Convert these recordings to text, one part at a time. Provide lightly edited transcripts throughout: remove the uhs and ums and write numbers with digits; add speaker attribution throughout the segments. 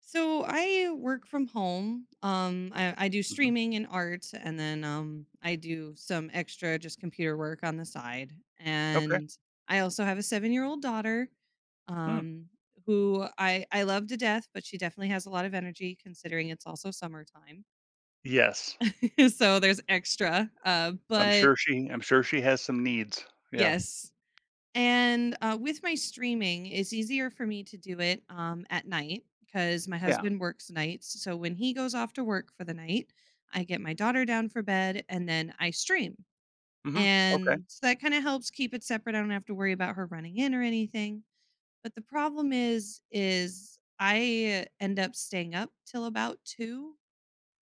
Speaker 1: So I work from home. I do
Speaker 2: Mhm.
Speaker 1: streaming and art, and then I do some extra just computer work on the side.
Speaker 2: Okay.
Speaker 1: And I also have a seven-year-old daughter,
Speaker 2: Mm.
Speaker 1: um, who I love to death, but she definitely has a lot of energy considering it's also summertime.
Speaker 2: Yes.
Speaker 1: So there's extra. Uh, but
Speaker 2: I'm sure she has some needs. Yeah.
Speaker 1: yes. And with my streaming, it's easier for me to do it at night because my
Speaker 2: Yeah.
Speaker 1: husband works nights. So when he goes off to work for the night, I get my daughter down for bed and then I stream.
Speaker 2: Mhm. Okay.
Speaker 1: And so that kind of helps keep it separate. I don't have to worry about her running in or anything. But the problem is I end up staying up till about two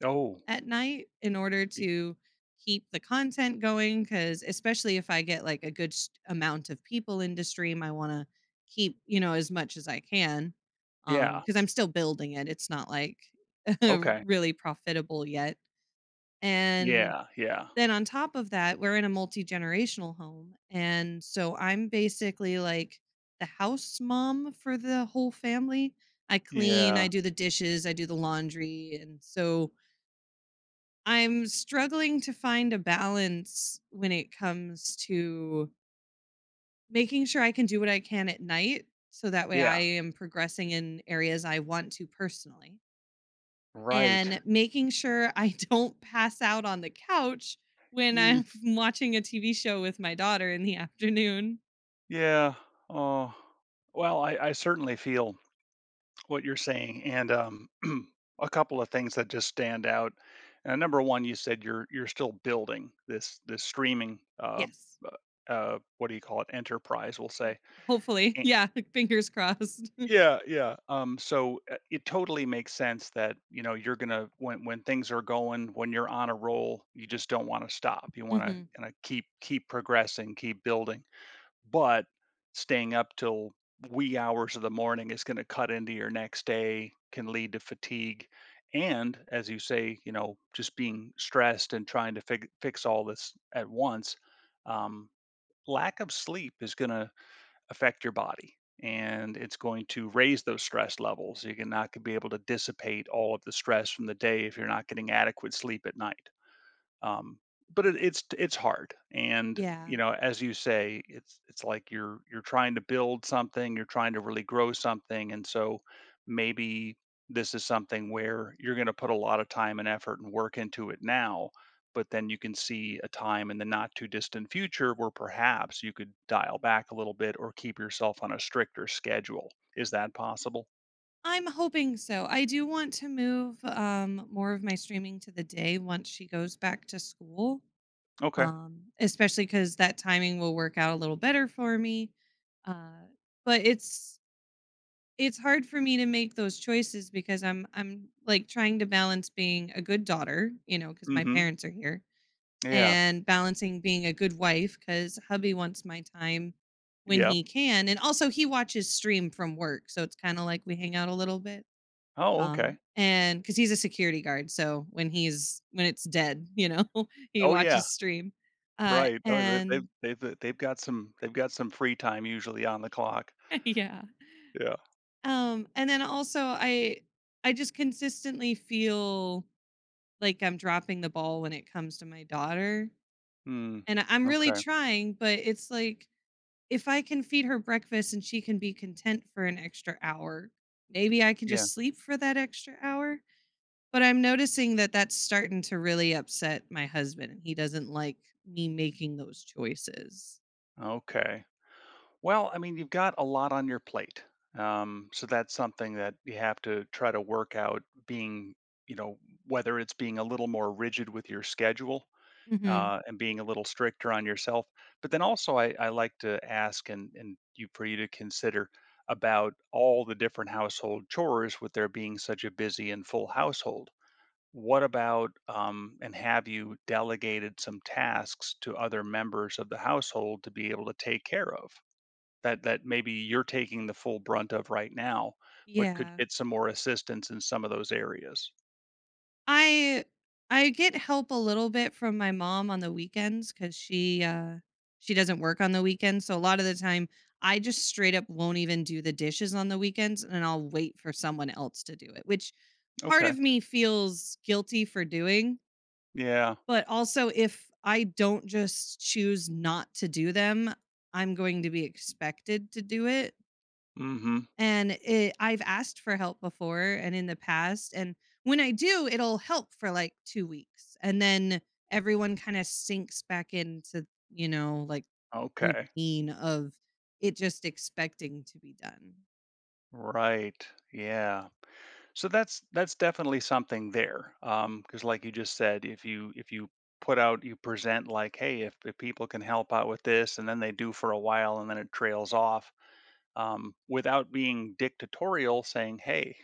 Speaker 2: Oh,
Speaker 1: at night in order
Speaker 2: y
Speaker 1: to keep the content going because especially if I get like a good s amount of people into stream, I want to keep as much as I can,
Speaker 2: yeah.
Speaker 1: because I'm still building it. It's not like
Speaker 2: Okay.
Speaker 1: really profitable yet. And
Speaker 2: Yeah, yeah,
Speaker 1: then on top of that, we're in a multi-generational home, and so I'm basically like the house mom for the whole family. I clean, I
Speaker 2: yeah,
Speaker 1: do the dishes, I do the laundry, and so I'm struggling to find a balance when it comes to making sure I can do what I can at night so that way I
Speaker 2: yeah.
Speaker 1: am progressing in areas I want to personally,
Speaker 2: Right.
Speaker 1: and making sure I don't pass out on the couch when
Speaker 2: Ye
Speaker 1: I'm watching a TV show with my daughter in the afternoon.
Speaker 2: yeah. Oh, well, I certainly feel what you're saying, and, a couple of things that just stand out. Number 1, you said you're still building this streaming,
Speaker 1: Yes.
Speaker 2: uh, what do you call it, enterprise, we'll say.
Speaker 1: Hopefully. Yeah, fingers crossed.
Speaker 2: Yeah, yeah. So it totally makes sense that you know you're gonna when things are going, when you're on a roll, you just don't want to stop. You want to
Speaker 1: Mhm.
Speaker 2: kind of keep progressing, keep building. But staying up till wee hours of the morning is going to cut into your next day, can lead to fatigue, and as you say, you know, just being stressed and trying to fix all this at once. Um, Lack of sleep is gonna affect your body, and it's going to raise those stress levels. You're not going to be able to dissipate all of the stress from the day if you're not getting adequate sleep at night. um, but it's hard, and you
Speaker 1: Yeah.
Speaker 2: know, as you say, it's like you're trying to build something, you're trying to really grow something. And so maybe this is something where you're going to put a lot of time and effort and work into it now, but then you can see a time in the not too distant future where perhaps you could dial back a little bit or keep yourself on a stricter schedule. Is that possible?
Speaker 1: I'm hoping so. I do want to move more of my streaming to the day once she goes back to school,
Speaker 2: Okay.
Speaker 1: especially because that timing will work out a little better for me. Uh, but it's hard for me to make those choices because I'm like trying to balance being a good daughter, you know, because my
Speaker 2: Mhm.
Speaker 1: parents are here,
Speaker 2: Yeah.
Speaker 1: and balancing being a good wife because hubby wants my time when
Speaker 2: Yeah.
Speaker 1: he can, and also he watches stream from work, so it's kind of like we hang out a little bit,
Speaker 2: Oh, okay.
Speaker 1: and because he's a security guard, so when he's when it's dead, you know, he
Speaker 2: Oh, yeah.
Speaker 1: watches stream. Uh,
Speaker 2: Right. Oh,
Speaker 1: and
Speaker 2: they've they've got some, they've got some free time usually on the clock.
Speaker 1: yeah.
Speaker 2: Yeah.
Speaker 1: And then also I just consistently feel like I'm dropping the ball when it comes to my daughter.
Speaker 2: Hmm.
Speaker 1: And I'm really
Speaker 2: Okay.
Speaker 1: trying, but it's like if I can feed her breakfast and she can be content for an extra hour, maybe I can
Speaker 2: Yeah.
Speaker 1: just sleep for that extra hour. But I'm noticing that that's starting to really upset my husband, and he doesn't like me making those choices.
Speaker 2: Okay. Well, I mean, you've got a lot on your plate. So that's something that you have to try to work out being, you know, whether it's being a little more rigid with your schedule,
Speaker 1: Mhm.
Speaker 2: and being a little stricter on yourself. But then also, I like to ask, and you for you to consider about all the different household chores with there being such a busy and full household. What about, and have you delegated some tasks to other members of the household to be able to take care of that maybe you're taking the full brunt of right now, but could
Speaker 1: Yeah.
Speaker 2: get some more assistance in some of those areas?
Speaker 1: I I get help a little bit from my mom on the weekends cuz she she doesn't work on the weekends, so a lot of the time I just straight up won't even do the dishes on the weekends and I'll wait for someone else to do it, which part
Speaker 2: Okay.
Speaker 1: of me feels guilty for doing.
Speaker 2: Yeah.
Speaker 1: But also, if I don't just choose not to do them, I'm going to be expected to do it.
Speaker 2: Mm-hmm.
Speaker 1: And it, I've asked for help before and in the past. And when I do, it'll help for like 2 weeks. And then everyone kind of sinks back into, you know, like
Speaker 2: Okay.
Speaker 1: routine of it just expecting to be done.
Speaker 2: Right. Yeah. So that's definitely something there. Because like you just said, if you put out, you present, like, hey, if people can help out with this, and then they do for a while and then it trails off. Without being dictatorial, saying, "Hey,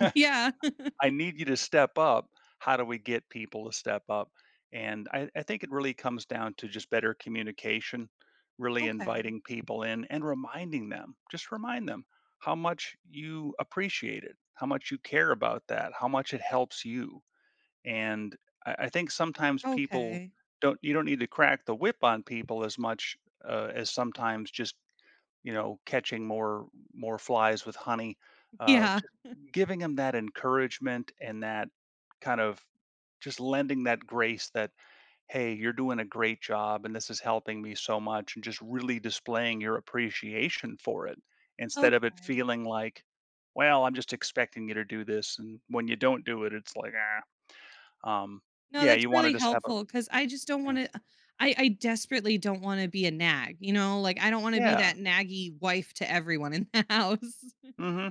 Speaker 1: Yeah.
Speaker 2: I need you to step up." How do we get people to step up? And I think it really comes down to just better communication, really
Speaker 1: Okay.
Speaker 2: inviting people in and reminding them, just remind them how much you appreciate it, how much you care about that, how much it helps you. And I think sometimes people
Speaker 1: Okay.
Speaker 2: don't, you don't need to crack the whip on people as much, as sometimes just, you know, catching more flies with honey.
Speaker 1: Yeah.
Speaker 2: Just giving them that encouragement and that kind of just lending that grace that, hey, you're doing a great job and this is helping me so much, and just really displaying your appreciation for it, instead of it
Speaker 1: Okay.
Speaker 2: feeling like, well, I'm just expecting you to do this, and when you don't do it, it's like, ah. Um,
Speaker 1: No,
Speaker 2: yeah,
Speaker 1: that's
Speaker 2: you want to
Speaker 1: really
Speaker 2: just have a,
Speaker 1: helpful because I just don't
Speaker 2: yeah.
Speaker 1: wanna I desperately don't wanna be a nag, you know? Like, I don't wanna be
Speaker 2: Yeah.
Speaker 1: that naggy wife to everyone in the house.
Speaker 2: Hmm.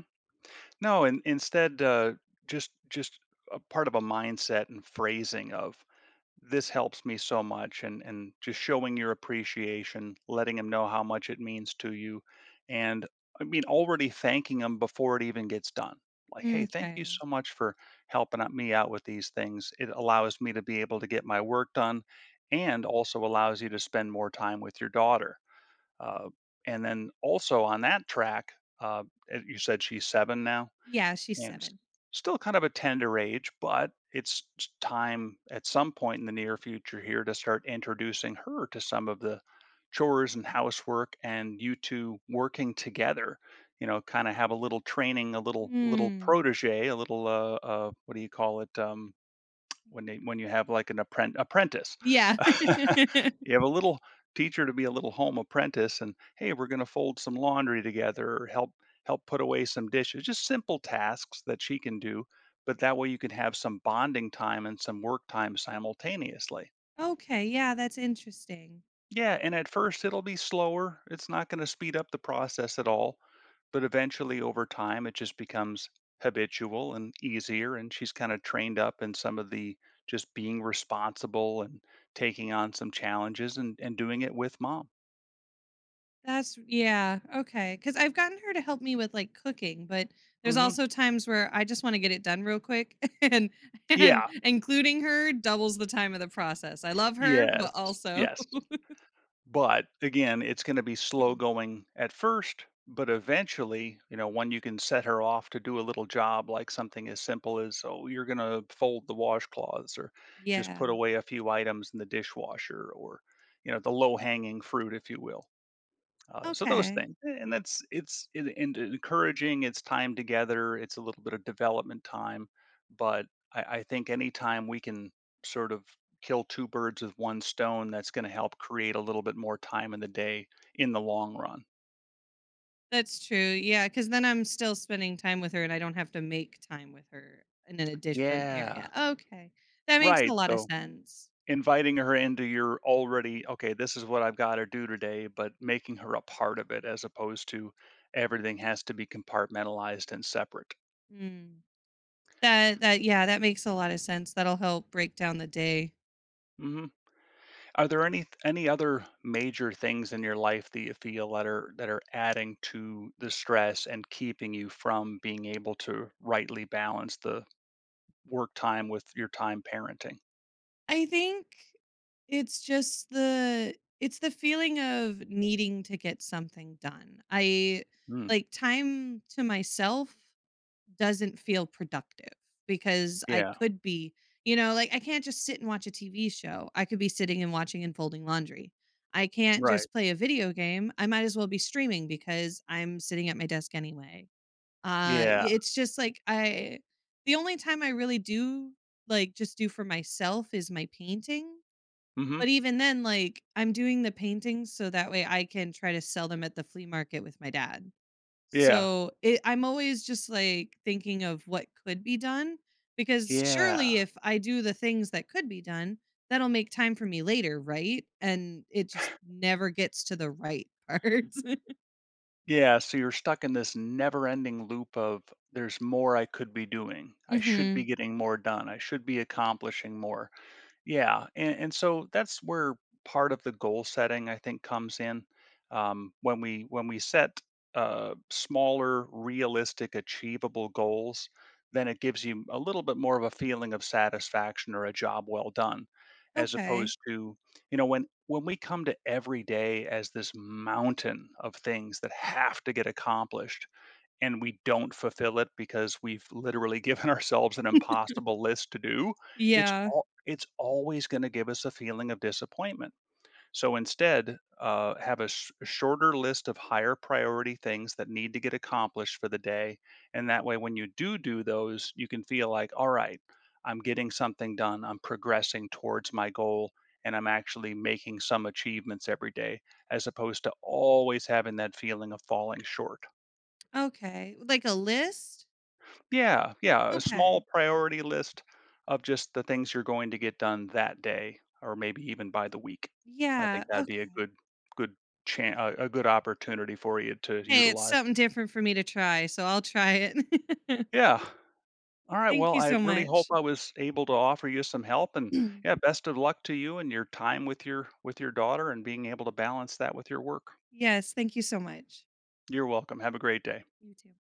Speaker 2: No, and instead, just a part of a mindset and phrasing of, this helps me so much, and just showing your appreciation, letting them know how much it means to you, and I mean already thanking them before it even gets done. Like, hey, thank you
Speaker 1: Okay.
Speaker 2: so much for me out with these things. It allows me to be able to get my work done, and also allows you to spend more time with your daughter. Uh, and then also on that track, uh, you said she's seven now,
Speaker 1: Yeah, she's
Speaker 2: and
Speaker 1: 7.
Speaker 2: still kind of a tender age, but it's time at some point in the near future here to start introducing her to some of the chores and housework, and you two working together. You know, kind of have a little training, a little
Speaker 1: Hmm.
Speaker 2: protege, a little what do you call it, when they when you have, like, an apprentice.
Speaker 1: Yeah.
Speaker 2: You have a little teacher to be a little home apprentice, and, "Hey, we're gonna fold some laundry together, or help put away some dishes." Just simple tasks that she can do, but that way you can have some bonding time and some work time simultaneously.
Speaker 1: Okay, yeah, that's interesting.
Speaker 2: Yeah, and at first it'll be slower. It's not going to speed up the process at all. But eventually, over time, it just becomes habitual and easier, and she's kind of trained up in some of the just being responsible and taking on some challenges, and doing it with mom.
Speaker 1: Okay, because 'cause I've gotten her to help me with, like, cooking, but there's
Speaker 2: Hmm.
Speaker 1: also times where I just wanna get it done real quick, and
Speaker 2: Yeah.
Speaker 1: including her doubles the time of the process. I love her,
Speaker 2: Yes.
Speaker 1: but also
Speaker 2: Yes. But again, it's going to be slow going at first, but eventually, you know, when you can set her off to do a little job, like something as simple as, oh, you're going to fold the washcloths, or just put
Speaker 1: yeah.
Speaker 2: away a few items in the dishwasher, or, you know, the low hanging fruit, if you will. So those
Speaker 1: Okay.
Speaker 2: things, and that's and encouraging. It's time together. It's a little bit of development time, but I think anytime we can sort of kill two birds with one stone, that's going to help create a little bit more time in the day in the long run.
Speaker 1: That's true. Yeah, because then I'm still spending time with her and I don't have to make time with her in a different area.
Speaker 2: Yeah,
Speaker 1: Okay. That makes
Speaker 2: right.
Speaker 1: a lot of
Speaker 2: So
Speaker 1: sense.
Speaker 2: inviting her into your, already okay, this is what I've got to do today, but making her a part of it, as opposed to everything has to be compartmentalized and separate.
Speaker 1: Mm. That makes a lot of sense. That'll help break down the day.
Speaker 2: Hmm. Are there any other major things in your life that you feel that are adding to the stress and keeping you from being able to rightly balance the work time with your time parenting?
Speaker 1: I think it's just the it's the feeling of needing to get something done. I
Speaker 2: Mm,
Speaker 1: Like time to myself doesn't feel productive because I
Speaker 2: yeah,
Speaker 1: could be, you know, like I can't just sit and watch a TV show. I could be sitting and watching and folding laundry. I can't
Speaker 2: right.
Speaker 1: just play a video game. I might as well be streaming because I'm sitting at my desk anyway.
Speaker 2: Yeah.
Speaker 1: It's just like I the only time I really do like just do for myself is my painting.
Speaker 2: Hmm.
Speaker 1: But even then like I'm doing the paintings so that way I can try to sell them at the flea market with my dad.
Speaker 2: Yeah.
Speaker 1: So, it I'm always just, like, thinking of what could be done, because surely
Speaker 2: Yeah.
Speaker 1: if I do the things that could be done, that'll make time for me later, right? And it just never gets to the right part.
Speaker 2: Yeah. So you're stuck in this never ending loop of, there's more I could be doing. I should be
Speaker 1: Mhm.
Speaker 2: getting more done. I should be accomplishing more. Yeah, and so that's where part of the goal setting, I think, comes in. When we when we set smaller, realistic, achievable goals, then it gives you a little bit more of a feeling of satisfaction or a job well done, as
Speaker 1: Okay.
Speaker 2: opposed to, you know, when we come to every day as this mountain of things that have to get accomplished, and we don't fulfill it because we've literally given ourselves an impossible list to do, it's
Speaker 1: Yeah.
Speaker 2: all it's always going to give us a feeling of disappointment. So instead, have a shorter list of higher priority things that need to get accomplished for the day, and that way, when you do do those, you can feel like, all right, I'm getting something done, I'm progressing towards my goal, and I'm actually making some achievements every day, as opposed to always having that feeling of falling short.
Speaker 1: Okay. Like a list?
Speaker 2: Yeah, yeah, a small
Speaker 1: Okay.
Speaker 2: priority list of just the things you're going to get done that day, or maybe even by the week. I
Speaker 1: Yeah,
Speaker 2: think that'd be a
Speaker 1: okay.
Speaker 2: good good chan a good opportunity for you to
Speaker 1: Hey, it's
Speaker 2: utilize.
Speaker 1: something different for me to try, so I'll try it.
Speaker 2: Yeah. All right,
Speaker 1: Thank
Speaker 2: well,
Speaker 1: you
Speaker 2: I
Speaker 1: so
Speaker 2: really hope
Speaker 1: much.
Speaker 2: I was able to offer you some help, and, yeah, best of luck to you and your time with your daughter, and being able to balance that with your work.
Speaker 1: Yes, thank you so much.
Speaker 2: You're welcome. Have a great day.
Speaker 1: You too.